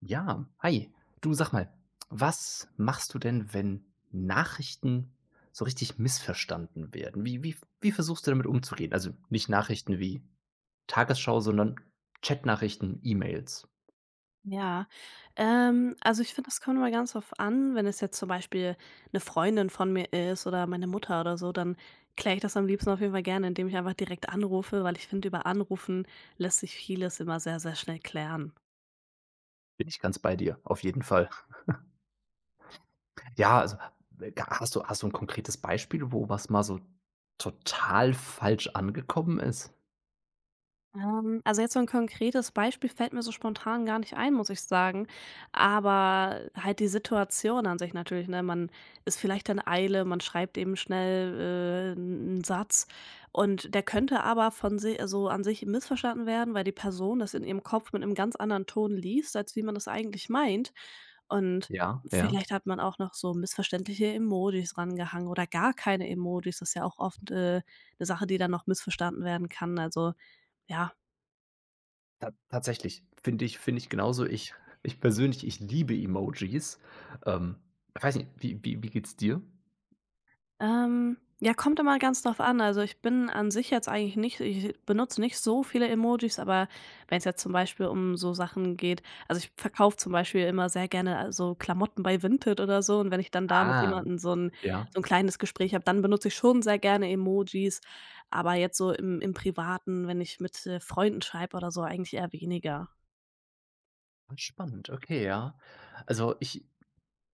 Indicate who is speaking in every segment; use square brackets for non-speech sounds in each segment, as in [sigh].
Speaker 1: Ja, hi. Du sag mal, was machst du denn, wenn Nachrichten so richtig missverstanden werden? Wie versuchst du damit umzugehen? Also, nicht Nachrichten wie Tagesschau, sondern Chatnachrichten, E-Mails.
Speaker 2: Ja, also ich finde, das kommt immer ganz drauf an. Wenn es jetzt zum Beispiel eine Freundin von mir ist oder meine Mutter oder so, dann kläre ich das am liebsten auf jeden Fall gerne, indem ich einfach direkt anrufe, weil ich finde, über Anrufen lässt sich vieles immer sehr, sehr schnell klären.
Speaker 1: Bin ich ganz bei dir, auf jeden Fall. Ja, also, äh, hast du ein konkretes Beispiel, wo was mal so total falsch angekommen ist?
Speaker 2: Also jetzt so ein konkretes Beispiel fällt mir so spontan gar nicht ein, muss ich sagen. Aber halt die Situation an sich natürlich, ne? Man ist vielleicht in Eile, man schreibt eben schnell, 'n Satz, und der könnte aber von si so an sich missverstanden werden, weil die Person das in ihrem Kopf mit einem ganz anderen Ton liest, als wie man das eigentlich meint. Und
Speaker 1: Ja, ja.
Speaker 2: vielleicht hat man auch noch so missverständliche Emojis rangehangen oder gar keine Emojis. Das ist ja auch oft, 'ne Sache, die dann noch missverstanden werden kann. Also, ja.
Speaker 1: Ta tatsächlich, finde ich genauso. Ich persönlich, ich liebe Emojis. Ähm, ich weiß nicht, wie geht's dir?
Speaker 2: Ja, kommt immer ganz drauf an. Also, ich bin an sich jetzt eigentlich nicht, ich benutze nicht so viele Emojis, aber wenn es jetzt zum Beispiel um so Sachen geht, also, ich verkaufe zum Beispiel immer sehr gerne so Klamotten bei Vinted oder so, und wenn ich dann da mit
Speaker 1: Ah,
Speaker 2: jemandem so ein
Speaker 1: ja.
Speaker 2: so ein kleines Gespräch habe, dann benutze ich schon sehr gerne Emojis, aber jetzt so im Privaten, wenn ich mit, Freunden schreibe oder so, eigentlich eher weniger.
Speaker 1: Ah, spannend, okay, ja. Also, ich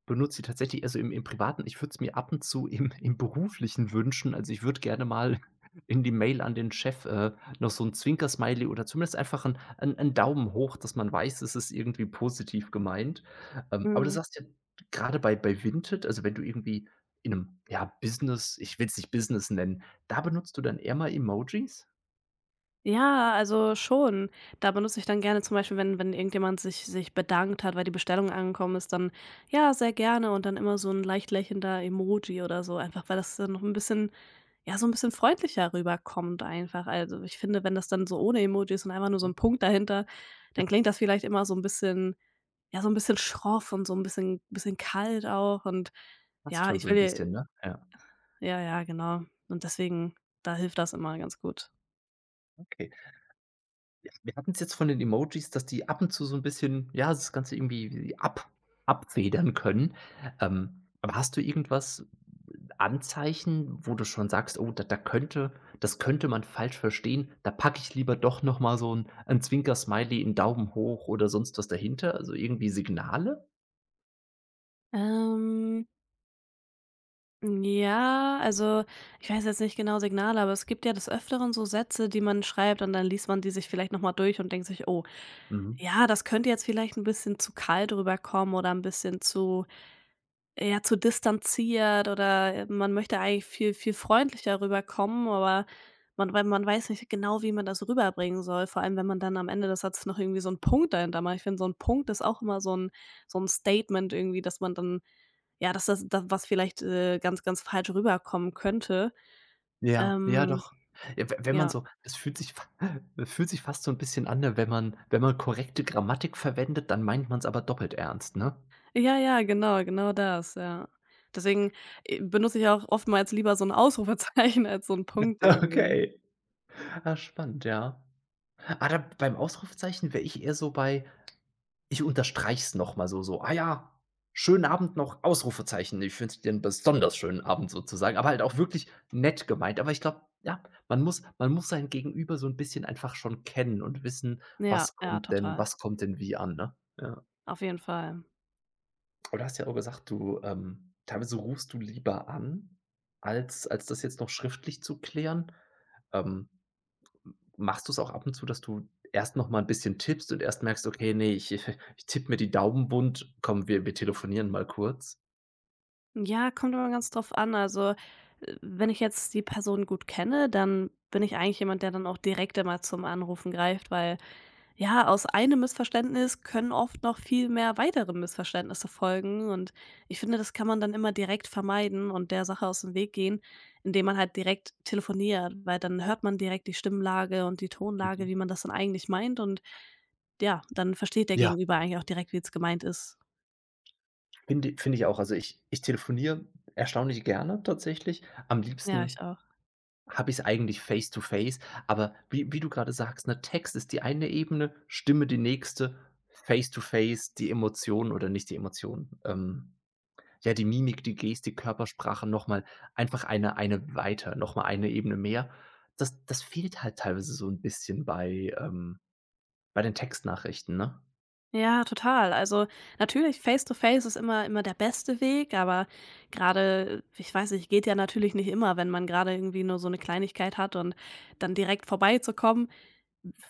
Speaker 1: benutze sie tatsächlich, also im Privaten. Ich würde es mir ab und zu im [laughs] im Beruflichen wünschen. Also, ich würde gerne mal [laughs] in die Mail an den Chef, noch so ein Zwinker-Smiley oder zumindest einfach ein 'n 'n Daumen hoch, dass man weiß, es ist irgendwie positiv gemeint. Aber du
Speaker 2: Mhm.
Speaker 1: sagst ja gerade bei Vinted, also, wenn du irgendwie in einem, ja, Business, ich will es nicht Business nennen, da benutzt du dann eher mal Emojis?
Speaker 2: Ja, also schon. Da benutze ich dann gerne zum Beispiel, wenn irgendjemand sich bedankt hat, weil die Bestellung angekommen ist, dann: „Ja, sehr gerne“, und dann immer so ein leicht lächelnder Emoji oder so, einfach weil das dann noch ein bisschen, ja, so ein bisschen freundlicher rüberkommt einfach. Also, ich finde, wenn das dann so ohne Emojis und einfach nur so
Speaker 1: Mhm.
Speaker 2: ein Punkt dahinter, dann klingt das vielleicht immer so ein bisschen, ja, so ein bisschen schroff und so ein bisschen kalt auch, und
Speaker 1: Passt
Speaker 2: ja,
Speaker 1: schon
Speaker 2: ich
Speaker 1: so ein bisschen,
Speaker 2: will,
Speaker 1: ne? Ja,
Speaker 2: ja, ja, genau. Und deswegen, da hilft das immer ganz gut.
Speaker 1: okay. Wir hatten es jetzt von den Emojis, dass die ab und zu so ein bisschen, ja, das Ganze irgendwie ab abfedern können. Aber hast du irgendwas, Anzeichen, wo du schon sagst: „Oh, da da könnte das könnte man falsch verstehen. Da packe ich lieber doch noch mal so ein Zwinker-Smiley, 'n Daumen hoch oder sonst was dahinter?“ Also, irgendwie Signale?
Speaker 2: Ähm Ja, also, ich weiß jetzt nicht genau Signale, aber es gibt ja des Öfteren so Sätze, die man schreibt, und dann liest man die sich vielleicht noch mal durch und denkt sich: „Oh,
Speaker 1: Mhm.
Speaker 2: ja, das könnte jetzt vielleicht ein bisschen zu kalt rüberkommen oder ein bisschen zu“, ja, zu distanziert, oder, man möchte eigentlich viel, viel freundlicher rüberkommen, aber man weil man weiß nicht genau, wie man das rüberbringen soll, vor allem, wenn man dann am Ende des Satzes noch irgendwie so einen Punkt dahinter macht. Ich finde, so ein Punkt ist auch immer so ein Statement irgendwie, dass man dann, ja, dass das da was vielleicht, ganz, ganz falsch rüberkommen könnte.
Speaker 1: Ja, ja,
Speaker 2: Ähm,
Speaker 1: doch. Ja, we wenn man
Speaker 2: ja.
Speaker 1: so, es fühlt sich fa [laughs] es fühlt sich fast so ein bisschen an, ne, wenn man korrekte Grammatik verwendet, dann meint man es aber doppelt ernst, ne?
Speaker 2: Ja, ja, genau, genau das, ja. Deswegen, benutze ich auch oftmals lieber so ein Ausrufezeichen [laughs] als so ein Punkt
Speaker 1: [laughs]
Speaker 2: irgendwie.
Speaker 1: Okay. Ah, spannend, ja. Ah, da beim Ausrufezeichen wäre ich eher so bei: „Ich unterstreich's noch mal so so. Ah ja, schönen Abend noch, Ausrufezeichen. Ich wünsche dir 'n besonders schönen Abend“, sozusagen, aber halt auch wirklich nett gemeint. Aber ich glaube, ja, man muss sein Gegenüber so ein bisschen einfach schon kennen und wissen,
Speaker 2: Ja,
Speaker 1: was
Speaker 2: ja,
Speaker 1: kommt denn
Speaker 2: total.
Speaker 1: was kommt denn wie an, ne? Ja.
Speaker 2: Auf jeden Fall.
Speaker 1: Aber du hast ja auch gesagt, du teilweise rufst du lieber an, als das jetzt noch schriftlich zu klären. Ähm machst du es auch ab und zu, dass du erst noch mal 'n bisschen tippst und erst merkst: „Okay, ne, ich [laughs] ich tippe mir die Daumen wund. Komm, wir telefonieren mal kurz?“
Speaker 2: Ja, kommt immer ganz drauf an. Also, wenn ich jetzt die Person gut kenne, dann bin ich eigentlich jemand, der dann auch direkt immer zum Anrufen greift, weil, ja, aus einem Missverständnis können oft noch viel mehr weitere Missverständnisse folgen. Und ich finde, das kann man dann immer direkt vermeiden und der Sache aus dem Weg gehen, indem man halt direkt telefoniert, weil dann hört man direkt die Stimmlage und die Tonlage,
Speaker 1: Mhm.
Speaker 2: wie man das dann eigentlich meint. Und ja, dann versteht der
Speaker 1: Ja.
Speaker 2: Gegenüber eigentlich auch direkt, wie es gemeint ist.
Speaker 1: Finde ich auch. Also, ich telefoniere erstaunlich gerne tatsächlich. Am
Speaker 2: Ja,
Speaker 1: liebsten
Speaker 2: ich auch.
Speaker 1: habe ich's eigentlich face to face, aber wie du grade sagst, ne, Text ist die eine Ebene, Stimme die nächste, face to face die Emotionen, oder nicht die Emotionen. Ja, die Mimik, die Gestik, Körpersprache noch mal einfach eine weiter, noch mal eine Ebene mehr. Das fehlt halt teilweise so ein bisschen bei, bei den Textnachrichten, ne?
Speaker 2: Ja, total. Also, natürlich Face to Face ist immer der beste Weg, aber gerade, ich weiß nicht, geht ja natürlich nicht immer, wenn man gerade irgendwie nur so eine Kleinigkeit hat und dann direkt vorbeizukommen.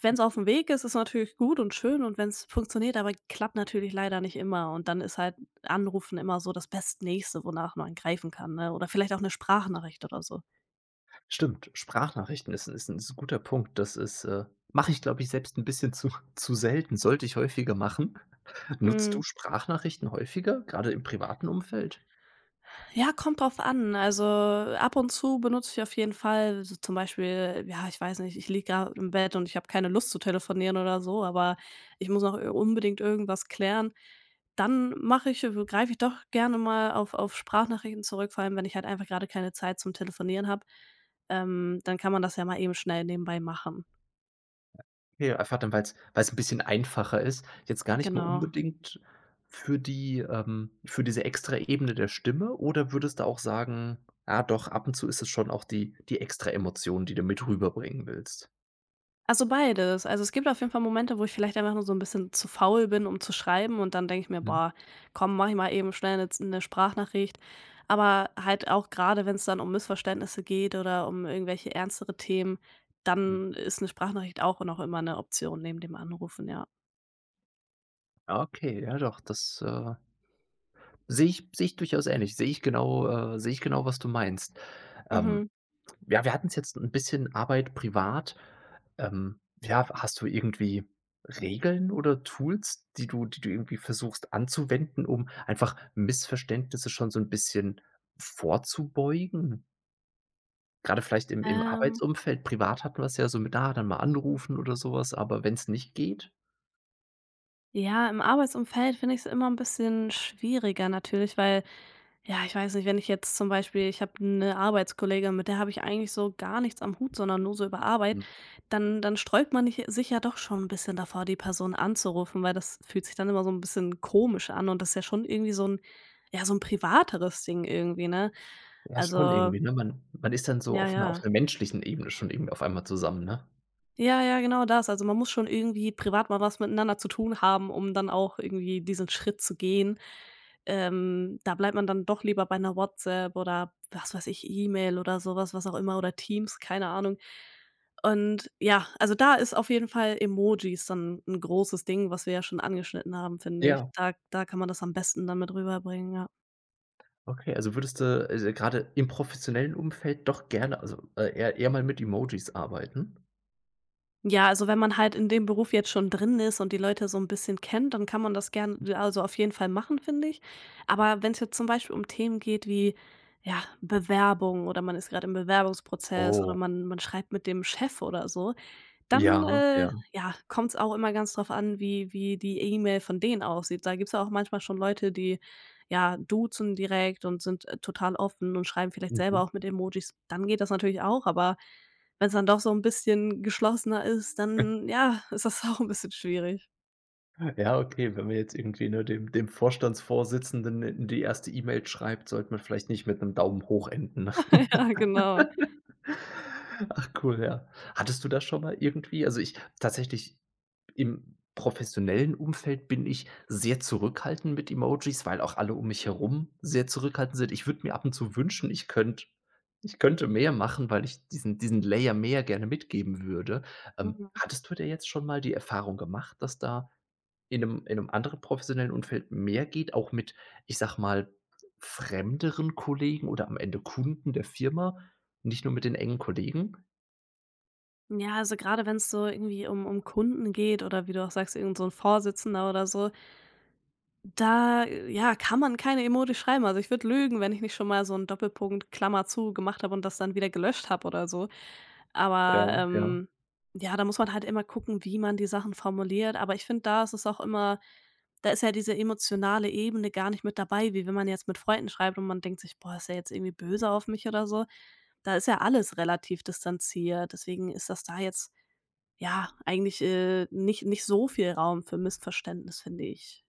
Speaker 2: Wenn es auf dem Weg ist, ist natürlich gut und schön, und wenn es funktioniert, aber klappt natürlich leider nicht immer, und dann ist halt Anrufen immer so das Bestnächste, wonach man greifen kann, ne? Oder vielleicht auch eine Sprachnachricht oder so.
Speaker 1: Stimmt, Sprachnachrichten ist 'n ist ein ist 'n guter Punkt. Mache ich, glaube ich, selbst ein bisschen zu [laughs] zu selten, sollte ich häufiger machen. [laughs] Nutzt du
Speaker 2: Mhm.
Speaker 1: Sprachnachrichten häufiger, gerade im privaten Umfeld?
Speaker 2: Ja, kommt drauf an. Also, ab und zu benutze ich auf jeden Fall so, zum Beispiel, ja, ich weiß nicht, ich liege gerade im Bett und ich habe keine Lust zu telefonieren oder so, aber ich muss noch ir unbedingt irgendwas klären. Dann mache ich greife ich doch gerne mal auf Sprachnachrichten zurück, vor allem, wenn ich halt einfach gerade keine Zeit zum Telefonieren habe. Dann kann man das ja mal eben schnell nebenbei machen.
Speaker 1: Ja, einfach dann, weil es 'n bisschen einfacher ist. Jetzt gar nicht mal
Speaker 2: Genau.
Speaker 1: unbedingt für diese extra Ebene der Stimme, oder würdest du auch sagen: „Ah doch, ab und zu ist es schon auch die extra Emotion, die du mit rüberbringen willst?“
Speaker 2: Also beides. Also, es gibt auf jeden Fall Momente, wo ich vielleicht einfach nur so ein bisschen zu faul bin, um zu schreiben, und dann denke ich mir:
Speaker 1: Mhm,
Speaker 2: „Boah, komm, mache ich mal eben schnell eine Z 'ne Sprachnachricht.“ Aber halt auch gerade, wenn es dann um Missverständnisse geht oder um irgendwelche ernstere Themen,
Speaker 1: mhm.
Speaker 2: dann ist eine Sprachnachricht auch noch immer eine Option neben dem Anrufen, ja.
Speaker 1: Ah, okay, ja doch, das, sehe ich durchaus ähnlich. Sehe ich genau, was du meinst. Ähm,
Speaker 2: Mhm.
Speaker 1: Ja, wir hatten es jetzt ein bisschen Arbeit, privat. Ja, hast du irgendwie Regeln oder Tools, die du irgendwie versuchst anzuwenden, um einfach Missverständnisse schon so ein bisschen vorzubeugen? Gerade vielleicht im
Speaker 2: Ähm
Speaker 1: Arbeitsumfeld, privat hatten wir es ja so mit, da dann mal anrufen oder sowas. Aber wenn es nicht geht.
Speaker 2: Ja, im Arbeitsumfeld finde ich es immer ein bisschen schwieriger natürlich, weil, ja, ich weiß nicht, wenn ich jetzt zum Beispiel, ich habe eine Arbeitskollegin, mit der habe ich eigentlich so gar nichts am Hut, sondern nur so über Arbeit,
Speaker 1: Mhm.
Speaker 2: dann sträubt man dich sich ja doch schon ein bisschen davor, die Person anzurufen, weil das fühlt sich dann immer so ein bisschen komisch an, und das ist ja schon irgendwie so ein ja, so ein privateres Ding irgendwie, ne?
Speaker 1: Ja, schon
Speaker 2: Also,
Speaker 1: irgendwie, ne? Man ist dann so
Speaker 2: ja,
Speaker 1: auf 'ner
Speaker 2: ja.
Speaker 1: menschlichen Ebene schon irgendwie auf einmal zusammen, ne?
Speaker 2: Ja, ja, genau das. Also, man muss schon irgendwie privat mal was miteinander zu tun haben, um dann auch irgendwie diesen Schritt zu gehen. Da bleibt man dann doch lieber bei einer WhatsApp oder was weiß ich, E-Mail oder sowas, was auch immer, oder Teams, keine Ahnung. Und ja, also, da ist auf jeden Fall Emojis dann ein großes Ding, was wir ja schon angeschnitten haben, finde ich.
Speaker 1: Ja.
Speaker 2: Da kann man das am besten dann mit rüberbringen, ja.
Speaker 1: Okay, also würdest du, grade im professionellen Umfeld doch gerne, also, eher mal mit Emojis arbeiten?
Speaker 2: Ja, also wenn man halt in dem Beruf jetzt schon drin ist und die Leute so ein bisschen kennt, dann kann man das gern, also auf jeden Fall, machen, finde ich. Aber wenn es jetzt zum Beispiel um Themen geht wie, ja, Bewerbung, oder man ist gerade im Bewerbungsprozess oder
Speaker 1: Oh.
Speaker 2: man schreibt mit dem Chef oder so, dann,
Speaker 1: Ja, ja.
Speaker 2: ja, kommt's auch immer ganz drauf an, wie die E-Mail von denen aussieht. Da gibt's ja auch manchmal schon Leute, die, ja, duzen direkt und sind, total offen und schreiben vielleicht selber
Speaker 1: Mhm.
Speaker 2: auch mit Emojis. Dann geht das natürlich auch, aber wenn es dann doch so ein bisschen geschlossener ist, dann, ja, [laughs] ist das auch ein bisschen schwierig.
Speaker 1: Ja, okay, wenn man jetzt irgendwie, ne, dem Vorstandsvorsitzenden in die erste E-Mail schreibt, sollte man vielleicht nicht mit einem Daumen hoch enden.
Speaker 2: [laughs]
Speaker 1: [laughs]
Speaker 2: Ja, genau.
Speaker 1: Ach cool, ja. Hattest du das schon mal irgendwie? Also, ich tatsächlich Im professionellen Umfeld bin ich sehr zurückhaltend mit Emojis, weil auch alle um mich herum sehr zurückhaltend sind. Ich würde mir ab und zu wünschen, ich könnte mehr machen, weil ich diesen Layer mehr gerne mitgeben würde.
Speaker 2: Mhm.
Speaker 1: Hattest du da jetzt schon mal die Erfahrung gemacht, dass da in 'nem anderen professionellen Umfeld mehr geht, auch mit, ich sage mal, fremderen Kollegen oder am Ende Kunden der Firma, nicht nur mit den engen Kollegen?
Speaker 2: Ja, also gerade wenn es so irgendwie um Kunden geht oder wie du auch sagst, irgend so ein Vorsitzender oder so. Da, ja, kann man keine Emoji schreiben. Also, ich würde lügen, wenn ich nicht schon mal so einen Doppelpunkt, Klammer zu gemacht habe und das dann wieder gelöscht habe oder so.
Speaker 1: Ja.
Speaker 2: Aber,
Speaker 1: Ja.
Speaker 2: ja, da muss man halt immer gucken, wie man die Sachen formuliert. Aber ich finde, da ist es auch immer, da ist ja diese emotionale Ebene gar nicht mit dabei, wie wenn man jetzt mit Freunden schreibt und man denkt sich: „Boah, ist er jetzt irgendwie böse auf mich oder so?“ Da ist ja alles relativ distanziert. Deswegen ist das da jetzt, ja, eigentlich, nicht so viel Raum für Missverständnis, finde ich.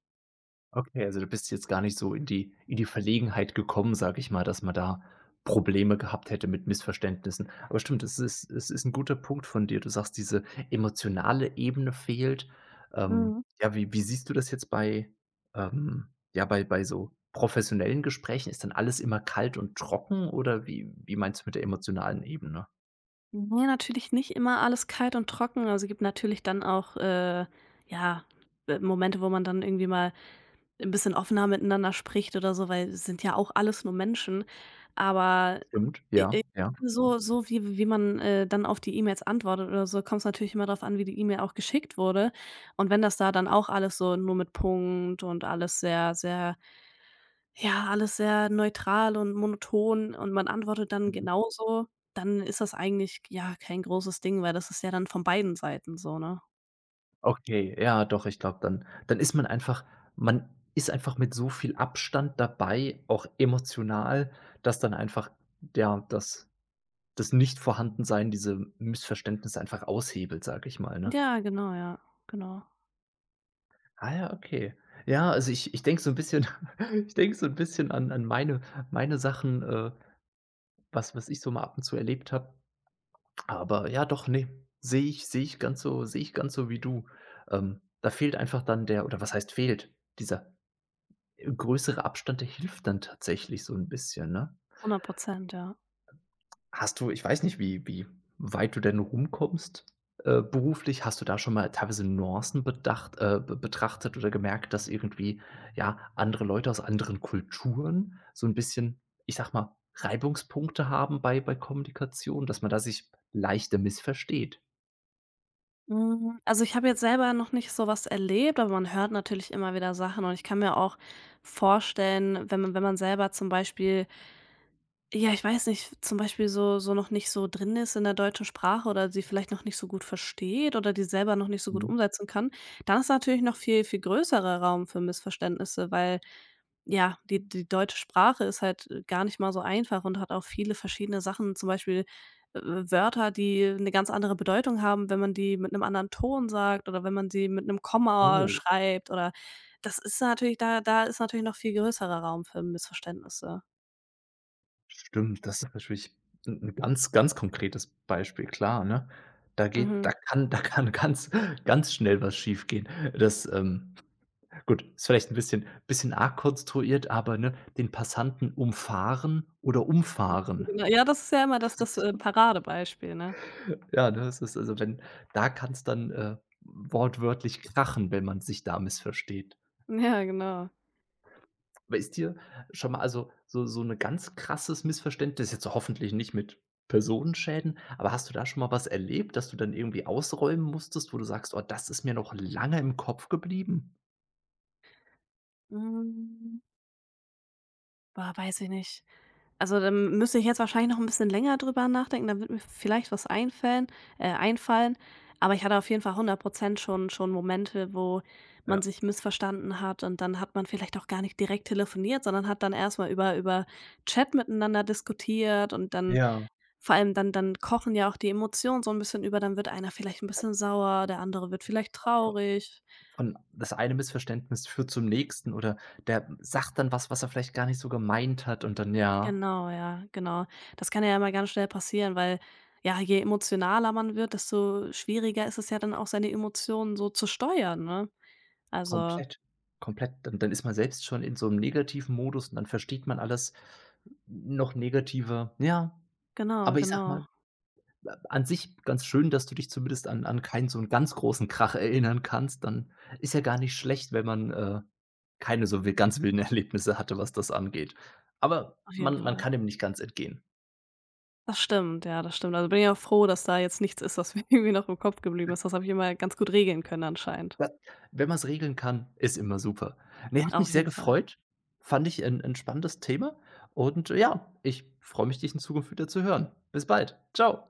Speaker 1: Okay, also du bist jetzt gar nicht so in die Verlegenheit gekommen, sage ich mal, dass man da Probleme gehabt hätte mit Missverständnissen. Aber stimmt, es ist ein guter Punkt von dir. Du sagst, diese emotionale Ebene fehlt.
Speaker 2: Mhm.
Speaker 1: Ja, wie siehst du das jetzt bei, ähm, ja, bei so professionellen Gesprächen? Ist dann alles immer kalt und trocken, oder wie meinst du mit der emotionalen Ebene?
Speaker 2: Nee, natürlich nicht immer alles kalt und trocken. Also, gibt natürlich dann auch, ja, Momente, wo man dann irgendwie mal ein bisschen offener miteinander spricht oder so, weil es sind ja auch alles nur Menschen. Aber
Speaker 1: Stimmt,
Speaker 2: i
Speaker 1: ja,
Speaker 2: i
Speaker 1: ja.
Speaker 2: so so wie wie man, dann auf die E-Mails antwortet oder so, kommt es natürlich immer darauf an, wie die E-Mail auch geschickt wurde. Und wenn das da dann auch alles so nur mit Punkt und alles sehr, sehr, ja, alles sehr neutral und monoton, und man antwortet dann genauso, dann ist das eigentlich, ja, kein großes Ding, weil das ist ja dann von beiden Seiten so, ne?
Speaker 1: Okay, ja, doch, ich glaube, dann ist man einfach man ist einfach mit so viel Abstand dabei, auch emotional, dass dann einfach, ja, das Nichtvorhandensein diese Missverständnisse einfach aushebelt, sage ich mal, ne?
Speaker 2: Ja, genau, ja, genau.
Speaker 1: Ah ja, okay. Ja, also ich denke so ein bisschen [laughs] ich denke so ein bisschen an meine Sachen, was ich so mal ab und zu erlebt habe. Aber ja, doch, ne, sehe ich ganz so wie du. Da fehlt einfach dann der oder was heißt fehlt? Dieser. Größere Abstände hilft dann tatsächlich so 'n bisschen, ne?
Speaker 2: 100%, ja.
Speaker 1: Hast du, ich weiß nicht, wie weit du denn rumkommst, beruflich. Hast du da schon mal teilweise Nuancen bedacht be betrachtet oder gemerkt, dass irgendwie, ja, andere Leute aus anderen Kulturen so 'n bisschen, ich sage mal, Reibungspunkte haben bei Kommunikation, dass man da sich leichter missversteht?
Speaker 2: Hm, also, ich habe jetzt selber noch nicht so was erlebt, aber man hört natürlich immer wieder Sachen, und ich kann mir auch vorstellen, wenn man selber zum Beispiel, ja, ich weiß nicht, zum Beispiel so noch nicht so drin ist in der deutschen Sprache oder sie vielleicht noch nicht so gut versteht oder die selber noch nicht so gut
Speaker 1: Mhm.
Speaker 2: umsetzen kann, dann ist natürlich noch viel, viel größerer Raum für Missverständnisse, weil, ja, die deutsche Sprache ist halt, gar nicht mal so einfach und hat auch viele verschiedene Sachen, zum Beispiel, Wörter, die eine ganz andere Bedeutung haben, wenn man die mit einem anderen Ton sagt oder wenn man sie mit einem Komma
Speaker 1: Oh.
Speaker 2: schreibt oder, das ist natürlich, da ist natürlich noch viel größerer Raum für Missverständnisse.
Speaker 1: Stimmt, das ist natürlich 'n ganz, ganz konkretes Beispiel, klar, ne? Da
Speaker 2: Mhm.
Speaker 1: kann [laughs] da kann ganz ganz schnell was schiefgehen. Das, gut, ist vielleicht 'n bisschen arg konstruiert, aber, ne, den Passanten umfahren oder umfahren.
Speaker 2: Genau. Ja, das ist ja immer
Speaker 1: [laughs]
Speaker 2: Paradebeispiel, ne?
Speaker 1: Ja, ne, das ist also wenn da kann's dann, wortwörtlich krachen, wenn man sich da missversteht.
Speaker 2: Ja, genau.
Speaker 1: Aber ist dir schon mal, also, so 'ne ganz krasses Missverständnis, jetzt hoffentlich nicht mit Personenschäden, aber hast du da schon mal was erlebt, dass du dann irgendwie ausräumen musstest, wo du sagst: „Oh, das ist mir noch lange im Kopf geblieben?“
Speaker 2: Hm, boah, weiß ich nicht. Also, dann müsste ich jetzt wahrscheinlich noch 'n bisschen länger drüber nachdenken, dann würde mir vielleicht was einfällen einfallen. Aber ich hatte auf jeden Fall 100% schon Momente, wo man
Speaker 1: Ja.
Speaker 2: sich missverstanden hat, und dann hat man vielleicht auch gar nicht direkt telefoniert, sondern hat dann erst mal über Chat miteinander diskutiert, und dann,
Speaker 1: Ja.
Speaker 2: vor allem, dann kochen ja auch die Emotionen so 'n bisschen über, dann wird einer vielleicht 'n bisschen sauer, der andere wird vielleicht
Speaker 1: Von
Speaker 2: traurig.
Speaker 1: von das eine Missverständnis führt zum nächsten, oder der sagt dann was, was er vielleicht gar nicht so gemeint hat, und dann, ja,
Speaker 2: Genau, ja, genau. Das kann ja immer ganz schnell passieren, weil, ja, je emotionaler man wird, desto schwieriger ist es ja dann auch, seine Emotionen so zu steuern, ne? Also,
Speaker 1: komplett, komplett. Dann ist man selbst schon in so einem negativen Modus und dann versteht man alles noch negativer. Ja,
Speaker 2: genau,
Speaker 1: aber ich sag
Speaker 2: genau,
Speaker 1: mal, an sich ganz schön, dass du dich zumindest an keinen so 'n ganz großen Krach erinnern kannst. Dann ist ja gar nicht schlecht, wenn man, keine so wi ganz wilden [laughs] Erlebnisse hatte, was das angeht. Aber
Speaker 2: auf jeden
Speaker 1: man
Speaker 2: Fall.
Speaker 1: kann dem nicht ganz entgehen.
Speaker 2: Das stimmt, ja, das stimmt. Also, bin ich auch froh, dass da jetzt nichts ist, was mir [laughs] irgendwie noch im Kopf geblieben ist. Das habe ich immer ganz gut regeln können, anscheinend.
Speaker 1: Ja, wenn man es regeln kann, ist immer super. Ne, hat
Speaker 2: Auf
Speaker 1: mich sehr
Speaker 2: jeden Fall.
Speaker 1: gefreut. Fand ich ein 'n spannendes Thema und ja, ich freue mich, dich in Zukunft wieder zu hören. Bis bald. Ciao.